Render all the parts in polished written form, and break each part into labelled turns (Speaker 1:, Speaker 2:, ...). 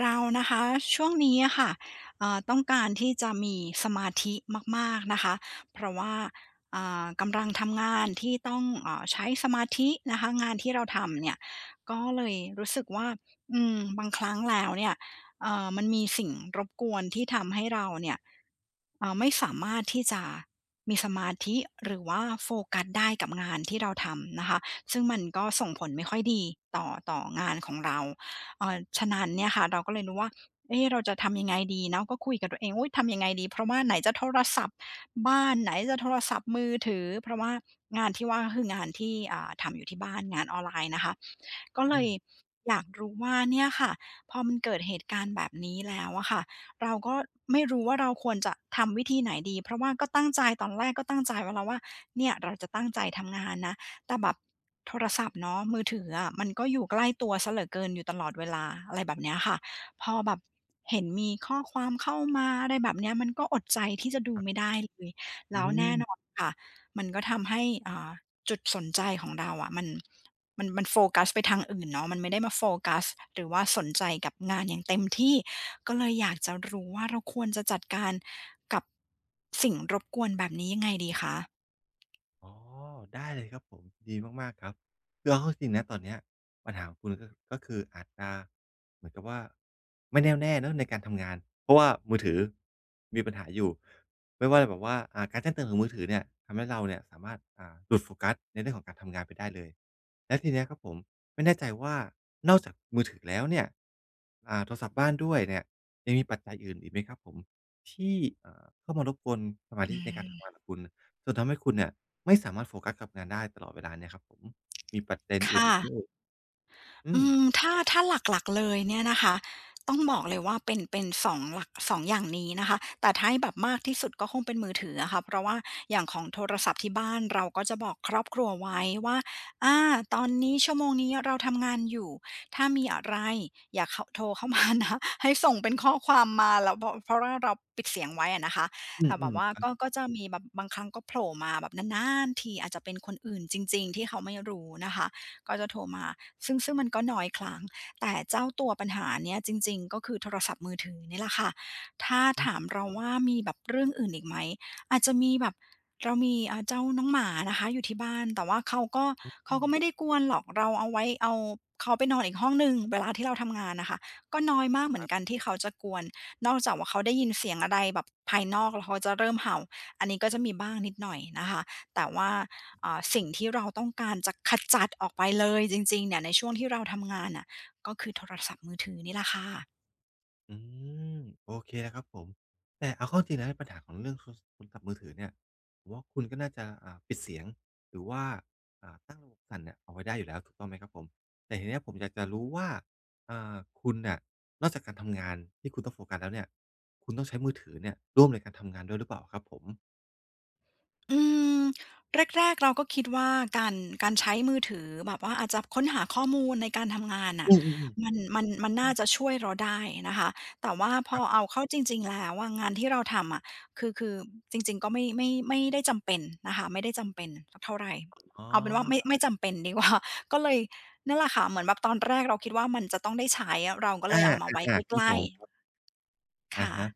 Speaker 1: เรานะคะช่วงนี้อะค่ะต้องการที่จะมีสมาธิมากๆนะคะเพราะว่ากำลังทำงานที่ต้องใช้สมาธินะคะงานที่เราทำเนี่ยก็เลยรู้สึกว่าอืมบางครั้งแล้วเนี่ยมันมีสิ่งรบกวนที่ทำให้เราเนี่ยไม่สามารถที่จะมีสมาธิหรือว่าโฟกัสได้กับงานที่เราทำนะคะซึ่งมันก็ส่งผลไม่ค่อยดีต่องานของเรา ฉะนั้นเนี่ยค่ะเราก็เลยรู้ว่าเอ๊ะเราจะทำยังไงดีเนาะก็คุยกับตัวเองอุ๊ยทำยังไงดี เพราะว่าไหนจะโทรศัพท์บ้านไหนจะโทรศัพท์มือถือ เพราะว่างานที่ว่าก็คืองานที่ทำอยู่ที่บ้านงานออนไลน์นะคะ ก็เล
Speaker 2: อื
Speaker 1: ย
Speaker 2: ม
Speaker 1: อยากรู้ว่าเนี่ยค่ะพอมันเกิดเหตุการณ์แบบนี้แล้วอะค่ะเราก็ไม่รู้ว่าเราควรจะทำวิธีไหนดีเพราะว่าก็ตั้งใจตอนแรกก็ตั้งใจไว้แล้วว่าเนี่ยเราจะตั้งใจทำงานนะ แต่แบบโทรศัพท์เนาะมือถืออะมันก็อยู่ใกล้ตัวเสียเหลือเกินอยู่ตลอดเวลาอะไรแบบเนี้ยค่ะพอแบบเห็นมีข้อความเข้ามาอะไรแบบเนี้ยมันก็อดใจที่จะดูไม่ได้เลย
Speaker 2: อื
Speaker 1: แล้วแน่
Speaker 2: ม
Speaker 1: นอนค่ะมันก็ทำให้อ่าจุดสนใจของเราอะมันมันโฟกัสไปทางอื่นเนาะมันไม่ได้มาโฟกัสหรือว่าสนใจกับงานอย่างเต็มที่ก็เลยอยากจะรู้ว่าเราควรจะจัดการกับสิ่งรบกวนแบบนี้ยังไงดีคะ
Speaker 2: อ๋อได้เลยครับผม ดีมากๆครับคือเอาเข้าจริงนะตอนเนี้ยปัญหาของคุณก็คืออาจจะเหมือนกับว่าไม่แน่วแน่เนาะในการทำงานเพราะว่ามือถือมีปัญหาอยู่ไม่ว่าแบบว่าการแจ้งเตือนของมือถือเนี่ยทำให้เราเนี่ยสามารถหลุดโฟกัสในเรื่องของการทำงานไปได้เลยแล้วทีเนี้ยครับผมไม่แน่ใจว่านอกจากมือถือแล้วเนี่ยโทรศัพท์บ้านด้วยเนี่ยยังมีปัจจัยอื่นอีกไหมครับผมที่เข้ามารบกวนสมา
Speaker 1: อื
Speaker 2: ธิในการ
Speaker 1: ม
Speaker 2: ทำงานของคุณ จนทำให้คุณเนี่ยไม่สามารถโฟกัสกับงานได้ตลอดเวลาเนี่ยครับผมมีประเด็นอื่น
Speaker 1: ค่ะ
Speaker 2: อีกไหมเอ่ยอื
Speaker 1: อื
Speaker 2: ม
Speaker 1: มถ้าหลักๆเลยเนี่ยนะคะต้องบอกเลยว่าเป็นสองหลัก2องอย่างนี้นะคะแต่ถ้าให้แบบมากที่สุดก็คงเป็นมือถืออะค่ะเพราะว่าอย่างของโทรศัพท์ที่บ้านเราก็จะบอกครอบครัวไว้ว่าอาตอนนี้ชั่วโมงนี้เราทำงานอยู่ถ้ามีอะไรอย่าเข้าโทรเข้ามานะ ให้ส่งเป็นข้อความมาแล้วเพราะว่าเราปิดเสียงไว้อะนะคะ
Speaker 2: อื
Speaker 1: แต่แบบ
Speaker 2: ม
Speaker 1: ว่า
Speaker 2: ๆครั
Speaker 1: ก็
Speaker 2: บ
Speaker 1: ก็จะมีแบบบางครั้งก็โผล่มาแบบนานๆทีอาจจะเป็นคนอื่นจริงๆที่เขาไม่รู้นะคะ ก็จะโทรมาซึ่งมันก็น้อยครั้งแต่เจ้าตัวปัญหาเนี้ยจริงๆก็คือโทรศัพท์มือถือนี่แหละค่ะถ้า
Speaker 2: อื
Speaker 1: ถา
Speaker 2: ม
Speaker 1: มเราว่ามีแบบเรื่องอื่นอีกไหมอาจจะมีแบบเรามีเจ้าน้องหมานะคะอยู่ที่บ้านแต่ว่าเขาก็ไม่ได้กวนหรอกเราเอาไว้เอาเขาไปนอนอีกห้องหนึ่งเวลาที่เราทำงานน่ะค่ะก็น้อยมากเหมือนกันที่เขาจะกวนนอกจากว่าเขาได้ยินเสียงอะไรแบบภายนอกแล้วเขาจะเริ่มเห่าอันนี้ก็จะมีบ้างนิดหน่อยนะคะแต่ว่า สิ่งที่เราต้องการจะขจัดออกไปเลยจริงๆเนี่ยในช่วงที่เราทำงานน่ะก็คือโทรศัพท์มือถือนี่แหละค่ะ
Speaker 2: อืมโอเคแล้วครับผมแต่เอาเข้าจริงแล้วปัญหาของเรื่องโทรศัพท์มือถือเนี่ยผมว่าคุณก็น่าจะปิดเสียงหรือว่าตั้งระบบสั่นเนี่ยเอาไว้ได้อยู่แล้วถูกต้องไหมครับผมแต่ทีเนี้ยผมอยากจะรู้ว่าอ่าคุณน่ะนอกจากการทำงานที่คุณต้องโฟกัสแล้วเนี่ยคุณต้องใช้มือถือเนี่ยร่วมในการทำงานด้วยหรือเปล่าครับผม
Speaker 1: อืมแรกๆเราก็คิดว่าการการใช้มือถือแบบว่าอาจจะค้นหาข้อมูลในการทำงานน่ะ
Speaker 2: อือๆ
Speaker 1: มั
Speaker 2: ๆ
Speaker 1: นมันมันน่าจะช่วยเราได้นะคะแต่ว่าพ
Speaker 2: ค
Speaker 1: อ
Speaker 2: รับ
Speaker 1: เอาเข้าจริงๆแล้วอะงานที่เราทำอะคือจริงๆก็ไม่ได้จำเป็นนะคะไม่ได้จำเป็นสักเท่าไร
Speaker 2: อ๋อ
Speaker 1: เอาเป็นว่าไม่จำเป็นดีกว่า ก็เลยนั่นแหละค่ะเหมือนแบบตอนแรกเราคิดว่ามันจะต้องได้ใช้เราก็เลย
Speaker 2: อา
Speaker 1: เอามา
Speaker 2: อ
Speaker 1: ไว้
Speaker 2: าๆค
Speaker 1: ใก
Speaker 2: รับผ
Speaker 1: ล้
Speaker 2: มครับ
Speaker 1: ๆ
Speaker 2: อะ
Speaker 1: ค่ะ
Speaker 2: ฮะ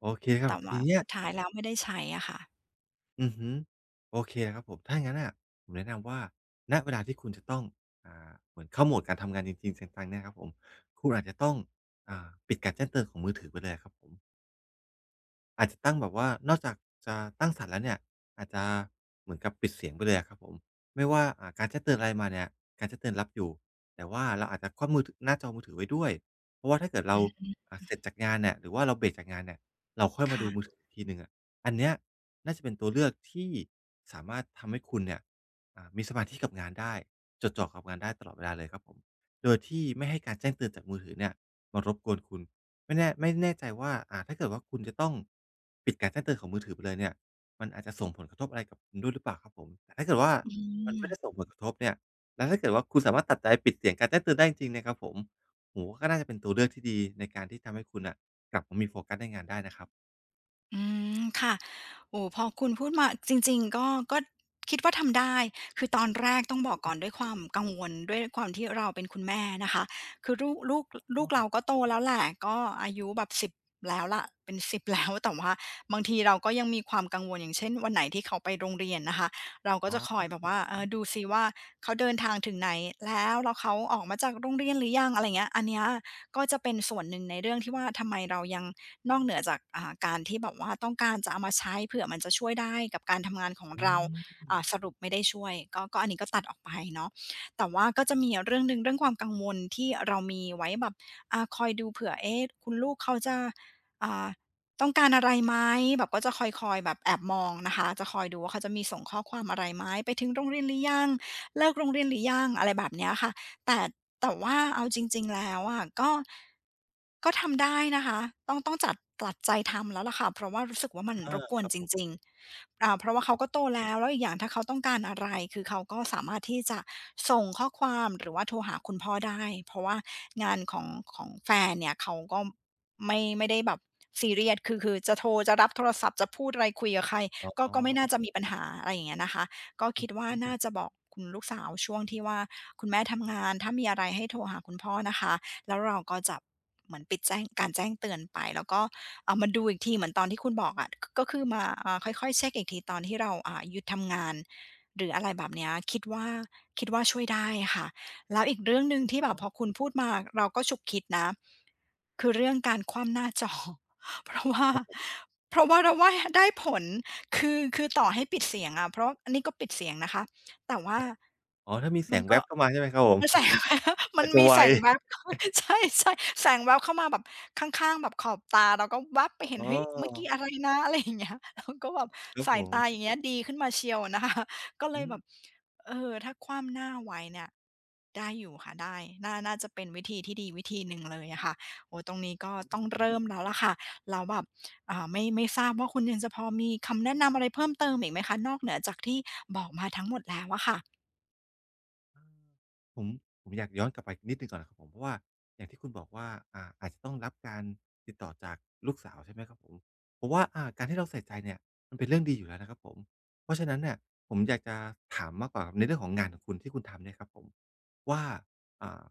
Speaker 2: โอเคครับ
Speaker 1: แต่ว่า
Speaker 2: ทีเนี้ย
Speaker 1: สุดท้ายแล้วไม่ได้ใช้อะค่ะ
Speaker 2: อือฮึโอเคครับผมถ้าอย่างงั้นน่ะผมแนะนำว่าณเวลาที่คุณจะต้องเหมือนเข้าโหมดการทำงานจริงๆจังๆเนี่ยครับผมคุณอาจจะต้องปิดการแจ้งเตือนของมือถือไปเลยอะครับผม อาจจะตั้งแบบว่านอกจากจะตั้งสั่นแล้วเนี่ยอาจจะเหมือนกับปิดเสียงไปเลยอะครับผมไม่ว่าการแจ้งเตือนอะไรมาเนี่ยการแจ้งเตือนรับอยู่แต่ว่าเราอาจจะคว่ำมือถหน้าจอมือถือไว้ด้วยเพราะว่าถ้าเกิดเราเสร็จจากงานเนี่ยหรือว่าเราเบรกจากงานเนี่ยเราค่อยมาดูมือ
Speaker 1: ค่ะ
Speaker 2: ถืออีกทีหนึ่งอะอันเนี้ยน่าจะเป็นตัวเลือกที่สามารถทำให้คุณเนี่ยมีสมาธิกับงานได้จดจ่อกับงานได้ตลอดเวลาเลยครับผมโดยที่ไม่ให้การแจ้งเตือนจากมือถือเนี่ยมารบกวนคุณ ไม่แน่ใจว่าถ้าเกิดว่าคุณจะต้องปิดการแจ้งเตือนของมือถือไปเลยเนี่ย มันอาจจะส่งผลกระทบอะไรกับคุณด้วยหรือเปล่าครับผมแต่ถ้าเกิดว่า
Speaker 1: อื
Speaker 2: มัน
Speaker 1: ม
Speaker 2: ไม่ได้ส่งผลกระทบเนี่ยแล้วถ้าเกิดว่าคุณสามารถตัดใจปิดเสียงการแจ้งเตือนได้จริงๆนะครับผมโอ้โฮก็น่าจะเป็นตัวเลือกที่ดีในการที่ทำให้คุณน่ะกลับมามีโฟกัสในงานได้นะครับ
Speaker 1: อืมค่ะโอ้พอคุณพูดมาจริงๆก็ก็คิดว่าทำได้คือตอนแรกต้องบอกก่อนด้วยความกังวลด้วยความที่เราเป็นคุณแม่นะคะคือลู
Speaker 2: อ้
Speaker 1: ก
Speaker 2: อ
Speaker 1: เราก็โตแล้วแหละก็อายุแบบ10แล้วล่ะเป็น10 แล้วแต่ว่าบางทีเราก็ยังมีความกังวลอย่างเช่นวันไหนที่เขาไปโรงเรียนนะคะเราก็
Speaker 2: อ๋
Speaker 1: จะคอยแบ
Speaker 2: อ
Speaker 1: บว่าเออดูซิว่าเขาเดินทางถึงไหนแล้วเขาออกมาจากโรงเรียนหรือยังอะไรเงี้ยอันเนี้ยก็จะเป็นส่วนหนึ่งในเรื่องที่ว่าทำไมเรายัง นอกเหนือจากการที่แบบว่าต้องการจะเอามาใช้เผื่อมันจะช่วยได้กับการทำงานของ
Speaker 2: อื
Speaker 1: เราส
Speaker 2: ม
Speaker 1: รุปไม่ได้ช่วยก็อันนี้ก็ตัดออกไปเนาะแต่ว่าก็จะมีเรื่องหนึ่งเรื่องความกังวลที่เรามีไว้แบบอาคอยดูเผื่อเอ๊ะคุณลูกเขาจะอ่าต้องการอะไรไหมแบบก็จะคอยแบบแอบมองนะคะจะคอยดูว่าเขาจะมีส่งข้อความอะไรไหมไปถึงโรงเรียนหรือยังเลิกโรงเรียนหรือยังอะไรแบบเนี้ยค่ะแต่ แต่ว่าเอาจริงๆแล้วอะก็ทำได้นะคะต้องจัดตัดใจทำแล้วล่ะค่ะเพราะว่ารู้สึกว่ามันร
Speaker 2: อา
Speaker 1: บกว
Speaker 2: ค
Speaker 1: น
Speaker 2: รับ
Speaker 1: จ
Speaker 2: ผ
Speaker 1: ริ
Speaker 2: ม
Speaker 1: งๆเพราะว่าเขาก็โตแล้วแล้วอีกอย่างถ้าเขาต้องการอะไรคือเขาก็สามารถที่จะส่งข้อความหรือว่าโทรหาคุณพ่อได้เพราะว่างานของของแฟนเนี่ยเขาก็ไม่ได้แบบซีเรียสคือจะโทรจะรับโทรศัพท์จะพูดอะไรคุยกับใคร
Speaker 2: อ๋อ
Speaker 1: ก็
Speaker 2: อ๋
Speaker 1: ก็ไม่น่าจะ
Speaker 2: อ
Speaker 1: มีปัญหาอะไรอย่างเงี้ยนะคะก็คิดว่า
Speaker 2: อือ
Speaker 1: น่าจะบอกคุณลูกสาวช่วงที่ว่า คุณแม่ทำงานถ้ามีอะไรให้โทรหาคุณพ่อนะคะแล้วเราก็จะเหมือนปิดแจ้งการแจ้งเตือนไปแล้วก็เอ่ามาดูอีกทีเหมือนตอนที่คุณบอกอะกก็คือมาค่อยๆเช็กอีกทีตอนที่เราหยุดทำงานหรืออะไรแบบเนี้ยคิดว่าช่วยได้ค่ะแล้วอีกเรื่องหนึ่งที่
Speaker 2: อ๋
Speaker 1: แบบ
Speaker 2: อ
Speaker 1: พอคุณพูดมาเราก็ฉุกคิดนะคือเรื่องการคว่ำหน้าจอ เพราะว่าเราว่าได้ผลคือต่อให้ปิดเสียงอะเพราะอันนี้ก็ปิดเสียงนะคะแต่ว่า
Speaker 2: อ๋อถ้ามีแส
Speaker 1: มัน
Speaker 2: งแว
Speaker 1: ก็
Speaker 2: บเข้ามาใช่ไหมครับผม
Speaker 1: มันแสง แวบ มั
Speaker 2: อา
Speaker 1: น
Speaker 2: จจะ
Speaker 1: มี
Speaker 2: ไว
Speaker 1: แสงแวบ ใช่ใช่แสงแวบเข้ามาแบบข้างๆแบบขอบตาเราก็แวบไปเห็น
Speaker 2: อ๋อ
Speaker 1: เฮ้ยเมื่อกี้อะไรนะ อะไรอย่างเงี้ยเราก็แบบ
Speaker 2: ครับ
Speaker 1: สา
Speaker 2: ผ
Speaker 1: ยตาอ
Speaker 2: ม
Speaker 1: ย่างเงี้ยดีขึ้นมาเชียวนะคะ ก็เลย
Speaker 2: อื
Speaker 1: แบ
Speaker 2: ม
Speaker 1: บเออถ้าคว่ำหน้าไว้เนี่ยได้อยู่ค่ะได้น่าจะเป็นวิธีที่ดีวิธีหนึ่งเลยอะค่ะโอ้โฮตรงนี้ก็ต้องเริ่มแล้วล่ะค่ะเราแล้วแบบไม่ทราบว่าคุณยังจะพอมีคำแนะนำอะไรเพิ่มเติมอีกไหมคะนอกเหนือจากที่บอกมาทั้งหมดแล้วอะค่ะ
Speaker 2: ผมผมอยากย้อนกลับไปนิดหนึ่งก่อนนะครับผมเพราะว่าอย่างที่คุณบอกว่าอาจจะต้องรับการติดต่อจากลูกสาวใช่ไหมครับผมผมว่าการที่เราใส่ใจเนี่ยมันเป็นเรื่องดีอยู่แล้วนะครับผมเพราะฉะนั้นเนี่ยผมอยากจะถามมากกว่าในเรื่องของงานของคุณที่คุณทำเนี่ยครับผมว่าอ่า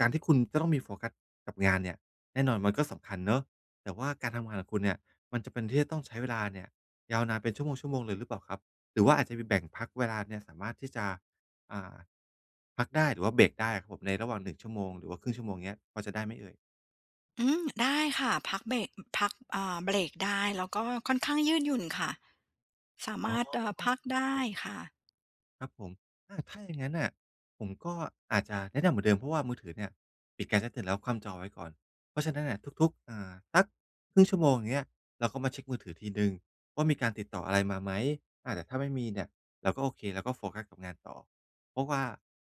Speaker 2: การที่คุณจะต้องมีโฟกัสกับงานเนี่ยแน่นอนมันก็สำคัญเนาะแต่ว่าการทำงานของคุณเนี่ยมันจำเป็นที่จะต้องใช้เวลาเนี่ยยาวนานเป็นชั่วโมงๆเลยหรือเปล่าครับหรือว่าอาจจะมีแบ่งพักเวลาเนี่ยสามารถที่จะ อ่าพักได้หรือว่าเบรกได้อะครับผมในระหว่าง1ชั่วโมงหรือว่าครึ่งชั่วโมงเงี้ยพอจะได้ไหมเอ่ย
Speaker 1: อืมได้ค่ะพักเบรกพักเบรกได้แล้วก็ค่อนข้างยืดหยุ่นค่ะสา
Speaker 2: อ๋
Speaker 1: มารถ
Speaker 2: อ
Speaker 1: พักได้ค่ะ
Speaker 2: ครับผมอาถ้าอย่างงั้นน่ะผมก็อาจจะแนะนำเหมือนเดิมเพราะว่ามือถือเนี่ยปิดการแจ้งเตือนแล้วคว่ำจอไว้ก่อนเพราะฉะนั้นน่ะทุกๆสักครึ่งชั่วโมงอย่างเงี้ยเราก็มาเช็กมือถือทีหนึ่งว่ามีการติดต่ออะไรมาไหมอาแต่ถ้าไม่มีเนี่ยเราก็โอเคเราก็โฟกัสกับงานต่อเพราะว่า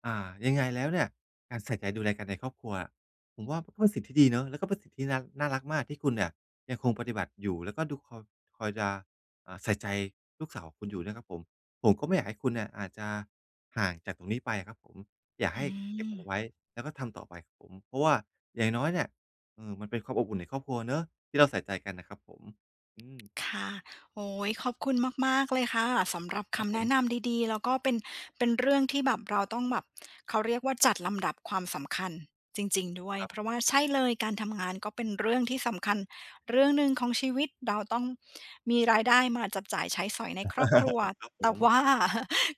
Speaker 2: ยังไงแล้วเนี่ยการใส่ใจดูแลกันในครอบครัวอะผมว่ามันก็เป็นสิ่งที่ดีเนาะแล้วก็เป็นสิ่งที่น่ารักมากที่คุณเนี่ยยังคงปฏิบัติอยู่แล้วก็ดูคอยคอยจะใส่ใจลูกสาวของคุณอยู่นะครับผม ผมก็ไม่อยากให้คุณเนี่ยอาจจะห่างจากตรงนี้ไปอะครับผมอยาก
Speaker 1: อื
Speaker 2: ให้เก็บ
Speaker 1: ม
Speaker 2: มันไว้แล้วก็ทำต่อไปครับผมเพราะว่าอย่างน้อยเนี่ยมันเป็นความอบอุ่นในครอบครัวเนาะที่เราใส่ใจกันนะครับผมอืม
Speaker 1: ค่ะโอ้ยขอบคุณมากๆเลยค่ะสำหรับ
Speaker 2: ครับ
Speaker 1: คำ
Speaker 2: ผ
Speaker 1: แนะ
Speaker 2: ม
Speaker 1: นำดีๆแล้วก็เป็นเรื่องที่แบบเราต้องแบบเขาเรียกว่าจัดลำดับความสำคัญจริงๆด้วย
Speaker 2: ครับ
Speaker 1: เพราะว่าใช่เลยการทำงานก็เป็นเรื่องที่สำคัญเรื่องหนึ่งของชีวิตเราต้องมีรายได้มาจับจ่ายใช้สอยในครอบครัว
Speaker 2: ครับผ
Speaker 1: แต่ว่า
Speaker 2: ม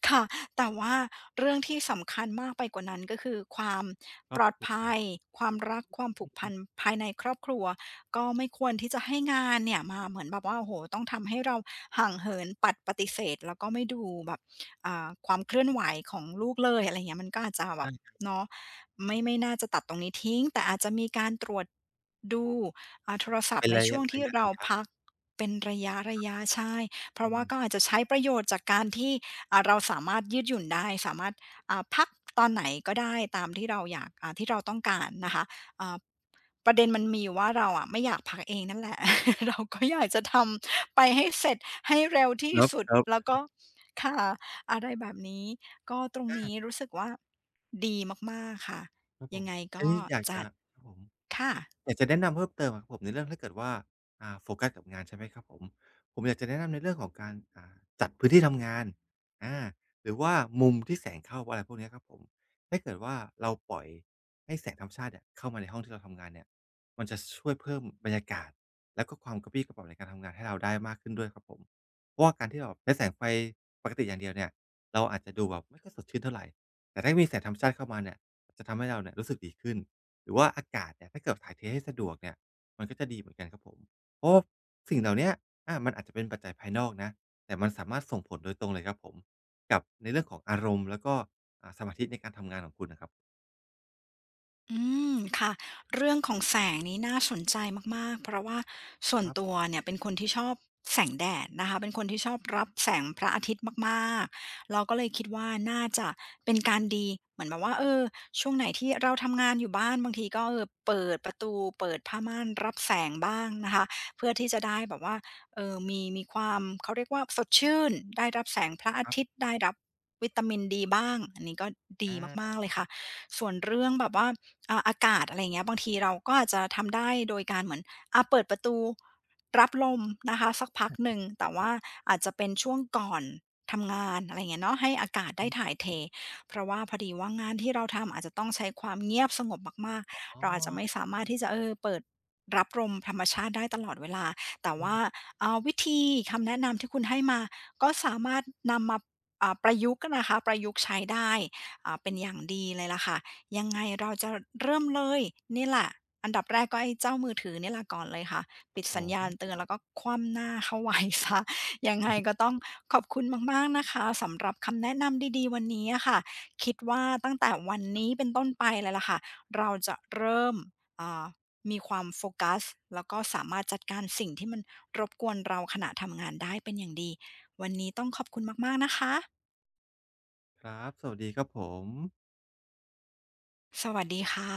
Speaker 1: ค่ะแต่ว่าเรื่องที่สำคัญมากไปกว่านั้นก็คือความ
Speaker 2: คร
Speaker 1: ป
Speaker 2: อ
Speaker 1: ล
Speaker 2: บ
Speaker 1: อด
Speaker 2: ครัว
Speaker 1: ภัยความรักความผูกพันภายในครอบครัวก็ไม่ควรที่จะให้งานเนี่ยมาเหมือนแบบว่าโอ้โฮต้องทำให้เราห่างเหินปัดปฏิเสธแล้วก็ไม่ดูแบบความเคลื่อนไหวของลูกเลยอะไรอย่างเงี้ยมันก็อาจจะแบ
Speaker 2: ใช่
Speaker 1: บ
Speaker 2: ครับ
Speaker 1: เนาะไม่น่าจะตัดตรงนี้ทิ้งแต่อาจจะมีการตรวจดูโทรศัพ
Speaker 2: เป็
Speaker 1: ท์
Speaker 2: น
Speaker 1: ใน
Speaker 2: ระ
Speaker 1: ช่ว
Speaker 2: ยะ
Speaker 1: ง
Speaker 2: ระ
Speaker 1: ที่
Speaker 2: ยะ
Speaker 1: เรา
Speaker 2: ระ
Speaker 1: พัก
Speaker 2: ยะ
Speaker 1: เป็นระยะๆใช่ เพ
Speaker 2: อื
Speaker 1: ราะว่า
Speaker 2: ม
Speaker 1: ก็อาจจะใช้ประโยชน์จากการที่เราสามารถยืดหยุ่นได้สามารถพักตอนไหนก็ได้ตามที่เราอยากที่เราต้องการนะคะอ่าประเด็นมันมีอยู่ว่าเราอะไม่อยากพักเองนั่นแหละ เราก็อยากจะทำไปให้เสร็จให้เร็วที่สุด
Speaker 2: ครับ
Speaker 1: แล้ว
Speaker 2: ๆ
Speaker 1: ก็ค่ะอะไรแบบนี้ก็ตรงนี้
Speaker 2: า
Speaker 1: รู้สึกว่าดีมากๆค่ะ
Speaker 2: ครับผ
Speaker 1: ยัง
Speaker 2: ม
Speaker 1: ไง
Speaker 2: อัน
Speaker 1: ก็
Speaker 2: นี้อยาก
Speaker 1: จั
Speaker 2: จะ
Speaker 1: ด
Speaker 2: ครับผม
Speaker 1: ค่ะ
Speaker 2: อยากจะแนะนำเพิ่มเติมอะครับผมในเรื่องถ้าเกิดว่าโฟกัสกับงานใช่ไหมครับผมผมอยากจะแนะนำในเรื่องของการจัดพื้นที่ทำงานอาหรือว่ามุมที่แสงเข้าอะไรพวกเนี้ยครับผมถ้าเกิดว่าเราปล่อยให้แสงธรรมชาติเนี่ยเข้ามาในห้องที่เราทำงานเนี่ยมันจะช่วยเพิ่มบรรยากาศแล้วก็ความกระปรี้กระเปร่าในการทำงานให้เราได้มากขึ้นด้วยครับผมเพราะว่าการที่เราใช้แสงไฟปกติอย่างเดียวเนี่ยเราอาจจะดูแบบไม่ค่อยสดชื่นเท่าไรแต่ถ้ามีแสงธรรมชาติเข้ามาเนี่ยจะทำให้เราเนี่ยรู้สึกดีขึ้น หรือว่าอากาศเนี่ยถ้าเกิดถ่ายเทให้สะดวกเนี่ยมันก็จะดีเหมือนกันครับผมเพราะว่าสิ่งเหล่าเนี้ยมันอาจจะเป็นปัจจัยภายนอกนะแต่มันสามารถส่งผลโดยตรงเลยครับผมกับในเรื่องของอารมณ์แล้วก็สมาธิในการทำงานของคุณน่ะครับ
Speaker 1: อืมค่ะเรื่องของแสงนี้น่าสนใจมากๆเพราะว่าส่วน
Speaker 2: ครั
Speaker 1: ตัว
Speaker 2: บ
Speaker 1: เนี่ยเป็นคนที่ชอบแสงแดดนะคะเป็นคนที่ชอบรับแสงพระอาทิตย์มากๆเราก็เลยคิดว่าน่าจะเป็นการดีเหมือนแบบว่าเออช่วงไหนที่เราทำงานอยู่บ้านบางทีก็เออเปิดประตูเปิดผ้าม่านรับแสงบ้างนะคะเพื่อที่จะได้แบบว่าเออมีความเขาเรียกว่าสดชื่นได้รับแสงพระอา
Speaker 2: ครั
Speaker 1: ทิตย์
Speaker 2: บ
Speaker 1: ได้รับวิตามินดีบ้างอันนี้ก็ดีมาก
Speaker 2: อา
Speaker 1: ๆเลยค่ะ ส่วนเรื่องแบบว่าอากาศอะไรเงี้ยบางทีเราก็อาจจะทำได้โดยการเหมือนเปิดประตูรับลมนะคะสักพักหนึ่งแต่ว่าอาจจะเป็นช่วงก่อนทำงานอะไรอย่างเงี้ยเนาะให้อากาศได้
Speaker 2: อืม
Speaker 1: ถ่ายเทเพราะว่าพอดีว่างานที่เราทำอาจจะต้องใช้ความเงียบสงบมากๆ
Speaker 2: อ๋อ
Speaker 1: เราอาจจะไม่สามารถที่จะเออเปิดรับลมธรรมชาติได้ตลอดเวลาแต่
Speaker 2: อื
Speaker 1: ว่า
Speaker 2: ม
Speaker 1: วิธีคำแนะนำที่คุณให้มาก็สามารถนำมาประยุกต์นะคะประยุกต์ใช้ได้ เป็นอย่างดีเลยล่ะค่ะยังไงเราจะเริ่มเลยนี่แหละอันดับแรกก็ไอ้เจ้ามือถือนี่แหละก่อนเลยค่ะ
Speaker 2: ๆครั
Speaker 1: ปิ
Speaker 2: บ
Speaker 1: ด
Speaker 2: ผ
Speaker 1: สัญ
Speaker 2: ม
Speaker 1: ญาณเตือนแล้วก็คว่ำหน้าเข้าไว้ย ยังไงก็ต้องขอบคุณมากๆนะคะสำหรับคำแนะนำดีๆวันนี้อะค่ะคิดว่าตั้งแต่วันนี้เป็นต้นไปเลยล่ะค่ะเราจะเริ่มอ่ามีความโฟกัสแล้วก็สามารถจัดการสิ่งที่มันรบกวนเราขณะทำงานได้เป็นอย่างดีวันนี้ต้องขอบคุณมากๆนะคะ
Speaker 2: ครับสวัสดีครับผม
Speaker 1: สวัสดีค่ะ